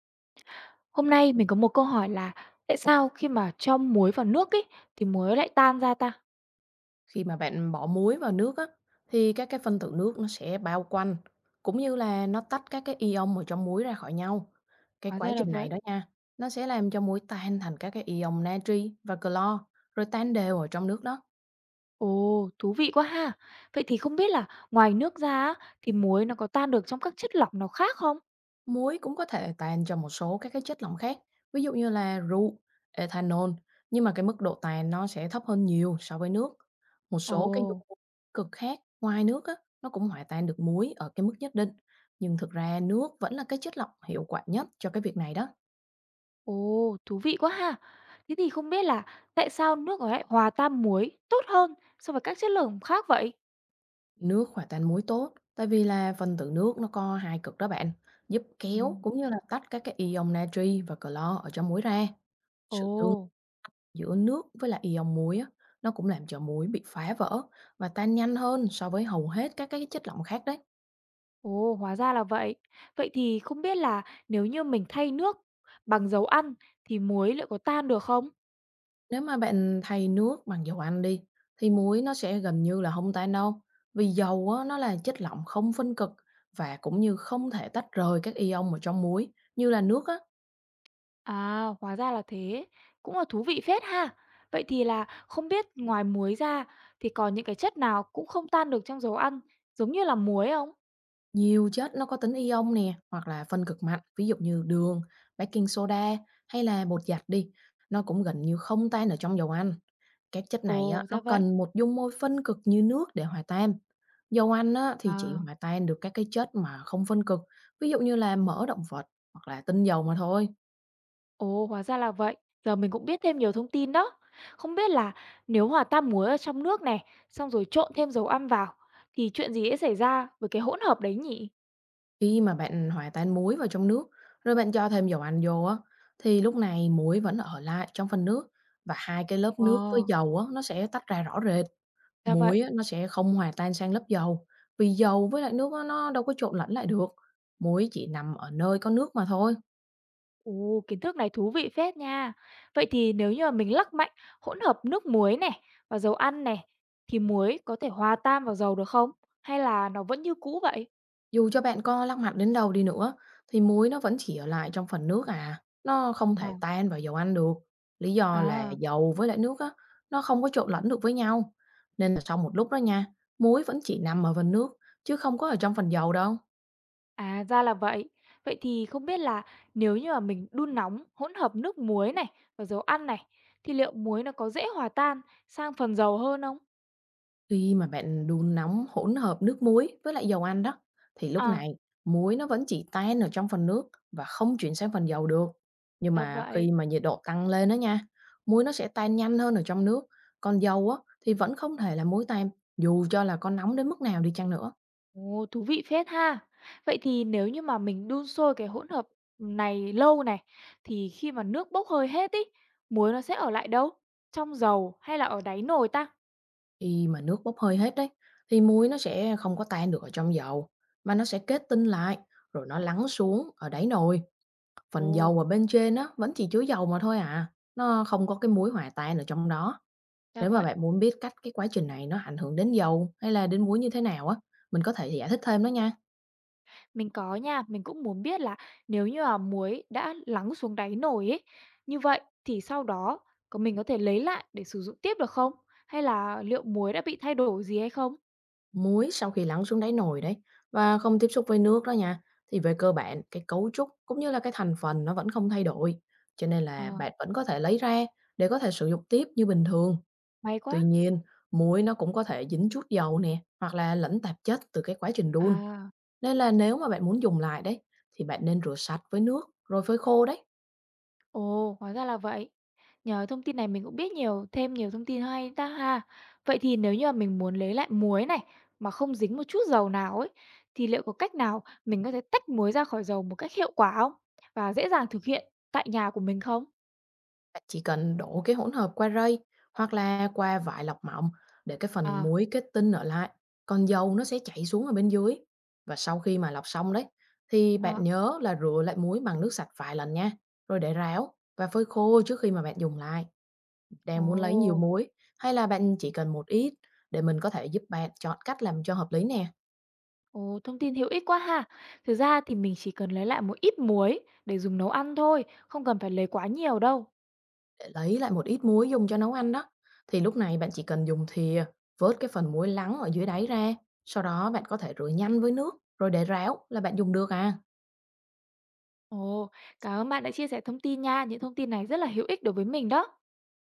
Hôm nay mình có một câu hỏi là tại sao khi mà cho muối vào nước ấy thì muối lại tan ra ta? Khi mà bạn bỏ muối vào nước á, thì các cái phân tử nước nó sẽ bao quanh, cũng như là nó tách các cái ion ở trong muối ra khỏi nhau. Cái Hóa quá ra là trình vậy. này đó nha, nó sẽ làm cho muối tan thành các cái ion natri và clo, rồi tan đều ở trong nước đó. Ồ, thú vị quá ha. Vậy thì không biết là ngoài nước ra á, thì muối nó có tan được trong các chất lỏng nào khác không? Muối cũng có thể tan trong một số các cái chất lỏng khác, ví dụ như là rượu, ethanol, nhưng mà cái mức độ tan nó sẽ thấp hơn nhiều so với nước. Một số cái dung Ồ, cực khác ngoài nước á, nó cũng hòa tan được muối ở cái mức nhất định, nhưng thực ra nước vẫn là cái chất lỏng hiệu quả nhất cho cái việc này đó. ồ, thú vị quá ha. Thế thì không biết là tại sao nước nó lại hòa tan muối tốt hơn so với các chất lỏng khác vậy? Nước hòa tan muối tốt, tại vì là phân tử nước nó có hai cực đó bạn, giúp Ừ. kéo cũng như là tách các cái ion natri và clo ở trong muối ra. Ồ, Sự tương Giữa nước với lại ion muối á, nó cũng làm cho muối bị phá vỡ và tan nhanh hơn so với hầu hết các cái chất lỏng khác đấy. ồ, hóa ra là vậy. Vậy thì không biết là nếu như mình thay nước bằng dầu ăn thì muối liệu có tan được không? Nếu mà bạn thay nước bằng dầu ăn đi, thì muối nó sẽ gần như là không tan đâu. Vì dầu á, nó là chất lỏng không phân cực và cũng như không thể tách rời các ion ở trong muối. Như là nước á, À, hóa ra là thế. Cũng là thú vị phết ha. Vậy thì là không biết ngoài muối ra thì còn những cái chất nào cũng không tan được trong dầu ăn, giống như là muối không? nhiều chất nó có tính ion nè, hoặc là phân cực mạnh, ví dụ như đường, baking soda hay là bột giặt đi, nó cũng gần như không tan ở trong dầu ăn. Các chất này á, Ồ, ra nó vậy. cần một dung môi phân cực như nước để hòa tan. Dầu ăn á, thì chỉ À, hòa tan được các cái chất mà không phân cực, ví dụ như là mỡ động vật hoặc là tinh dầu mà thôi. ồ, hóa ra là vậy. Giờ mình cũng biết thêm nhiều thông tin đó. Không biết là nếu hòa tan muối ở trong nước này, xong rồi trộn thêm dầu ăn vào, thì chuyện gì sẽ xảy ra với cái hỗn hợp đấy nhỉ? Khi mà bạn hòa tan muối vào trong nước, rồi bạn cho thêm dầu ăn vô á, thì lúc này muối vẫn ở lại trong phần nước và hai cái lớp Ồ, nước với dầu á, nó sẽ tách ra rõ rệt. ra vậy. Muối á, nó sẽ không hòa tan sang lớp dầu, vì dầu với lại nước á, nó đâu có trộn lẫn lại được. Muối chỉ nằm ở nơi có nước mà thôi. Ồ, kiến thức này thú vị phết nha. Vậy thì nếu như mà mình lắc mạnh hỗn hợp nước muối này và dầu ăn này thì muối có thể hòa tan vào dầu được không? Hay là nó vẫn như cũ vậy? Dù cho bạn có lắc mặt đến đâu đi nữa, thì muối nó vẫn chỉ ở lại trong phần nước à. Nó không thể À, tan vào dầu ăn được. Lý do là à, dầu với lại nước á, nó không có trộn lẫn được với nhau. Nên là sau một lúc đó nha, muối vẫn chỉ nằm ở phần nước, chứ không có ở trong phần dầu đâu. à ra là vậy. Vậy thì không biết là nếu như mà mình đun nóng hỗn hợp nước muối này và dầu ăn này thì liệu muối nó có dễ hòa tan sang phần dầu hơn không? Khi mà bạn đun nóng hỗn hợp nước muối với lại dầu ăn đó, thì lúc À, này muối nó vẫn chỉ tan ở trong phần nước và không chuyển sang phần dầu được. Nhưng ra mà vậy. khi mà nhiệt độ tăng lên đó nha, muối nó sẽ tan nhanh hơn ở trong nước, còn dầu á thì vẫn không thể là muối tan dù cho là có nóng đến mức nào đi chăng nữa. Ồ, thú vị phết ha! Vậy thì nếu như mà mình đun sôi cái hỗn hợp này lâu này, thì khi mà nước bốc hơi hết ấy, muối nó sẽ ở lại đâu? Trong dầu hay là ở đáy nồi ta? Khi mà nước bốc hơi hết đấy, thì muối nó sẽ không có tan được ở trong dầu, mà nó sẽ kết tinh lại rồi nó lắng xuống ở đáy nồi. Ồ, Phần dầu ở bên trên á, vẫn chỉ chứa dầu mà thôi à, nó không có cái muối hòa tan ở trong đó. ra Nếu mà vậy. bạn muốn biết cách cái quá trình này nó ảnh hưởng đến dầu hay là đến muối như thế nào á, mình có thể giải thích thêm đó nha. Mình có nha, mình cũng muốn biết là nếu như mà muối đã lắng xuống đáy nồi ấy, như vậy thì sau đó mình có thể lấy lại để sử dụng tiếp được không? Hay là liệu muối đã bị thay đổi gì hay không? Muối sau khi lắng xuống đáy nồi đấy và không tiếp xúc với nước đó nha, thì về cơ bản cái cấu trúc cũng như là cái thành phần nó vẫn không thay đổi. Cho nên Ờ, là bạn vẫn có thể lấy ra để có thể sử dụng tiếp như bình thường. may quá. Tuy nhiên, muối nó cũng có thể dính chút dầu nè, hoặc là lẫn tạp chất từ cái quá trình đun. À. Nên là nếu mà bạn muốn dùng lại đấy, thì bạn nên rửa sạch với nước rồi phơi khô đấy. Ồ, hóa ra là vậy. Nhờ thông tin này mình cũng biết nhiều thêm nhiều thông tin hay ta ha. Vậy thì nếu như mà mình muốn lấy lại muối này mà không dính một chút dầu nào ấy thì liệu có cách nào mình có thể tách muối ra khỏi dầu một cách hiệu quả không? Và dễ dàng thực hiện tại nhà của mình không? Bạn chỉ cần đổ cái hỗn hợp qua rây hoặc là qua vải lọc mỏng để cái phần À, muối kết tinh ở lại, còn dầu nó sẽ chảy xuống ở bên dưới. Và sau khi mà lọc xong đấy, thì bạn à, nhớ là rửa lại muối bằng nước sạch vài lần nha, rồi để ráo và phơi khô trước khi mà bạn dùng lại. Đang muốn lấy nhiều ồ, muối hay là bạn chỉ cần một ít, để mình có thể giúp bạn chọn cách làm cho hợp lý nè. ồ, thông tin hữu ích quá ha. Thực ra thì mình chỉ cần lấy lại một ít muối để dùng nấu ăn thôi, không cần phải lấy quá nhiều đâu. Để lấy lại một ít muối dùng cho nấu ăn đó, thì lúc này bạn chỉ cần dùng thìa vớt cái phần muối lắng ở dưới đáy ra, sau đó bạn có thể rửa nhanh với nước rồi để ráo là bạn dùng được à. Ồ, cảm ơn bạn đã chia sẻ thông tin nha. Những thông tin này rất là hữu ích đối với mình đó.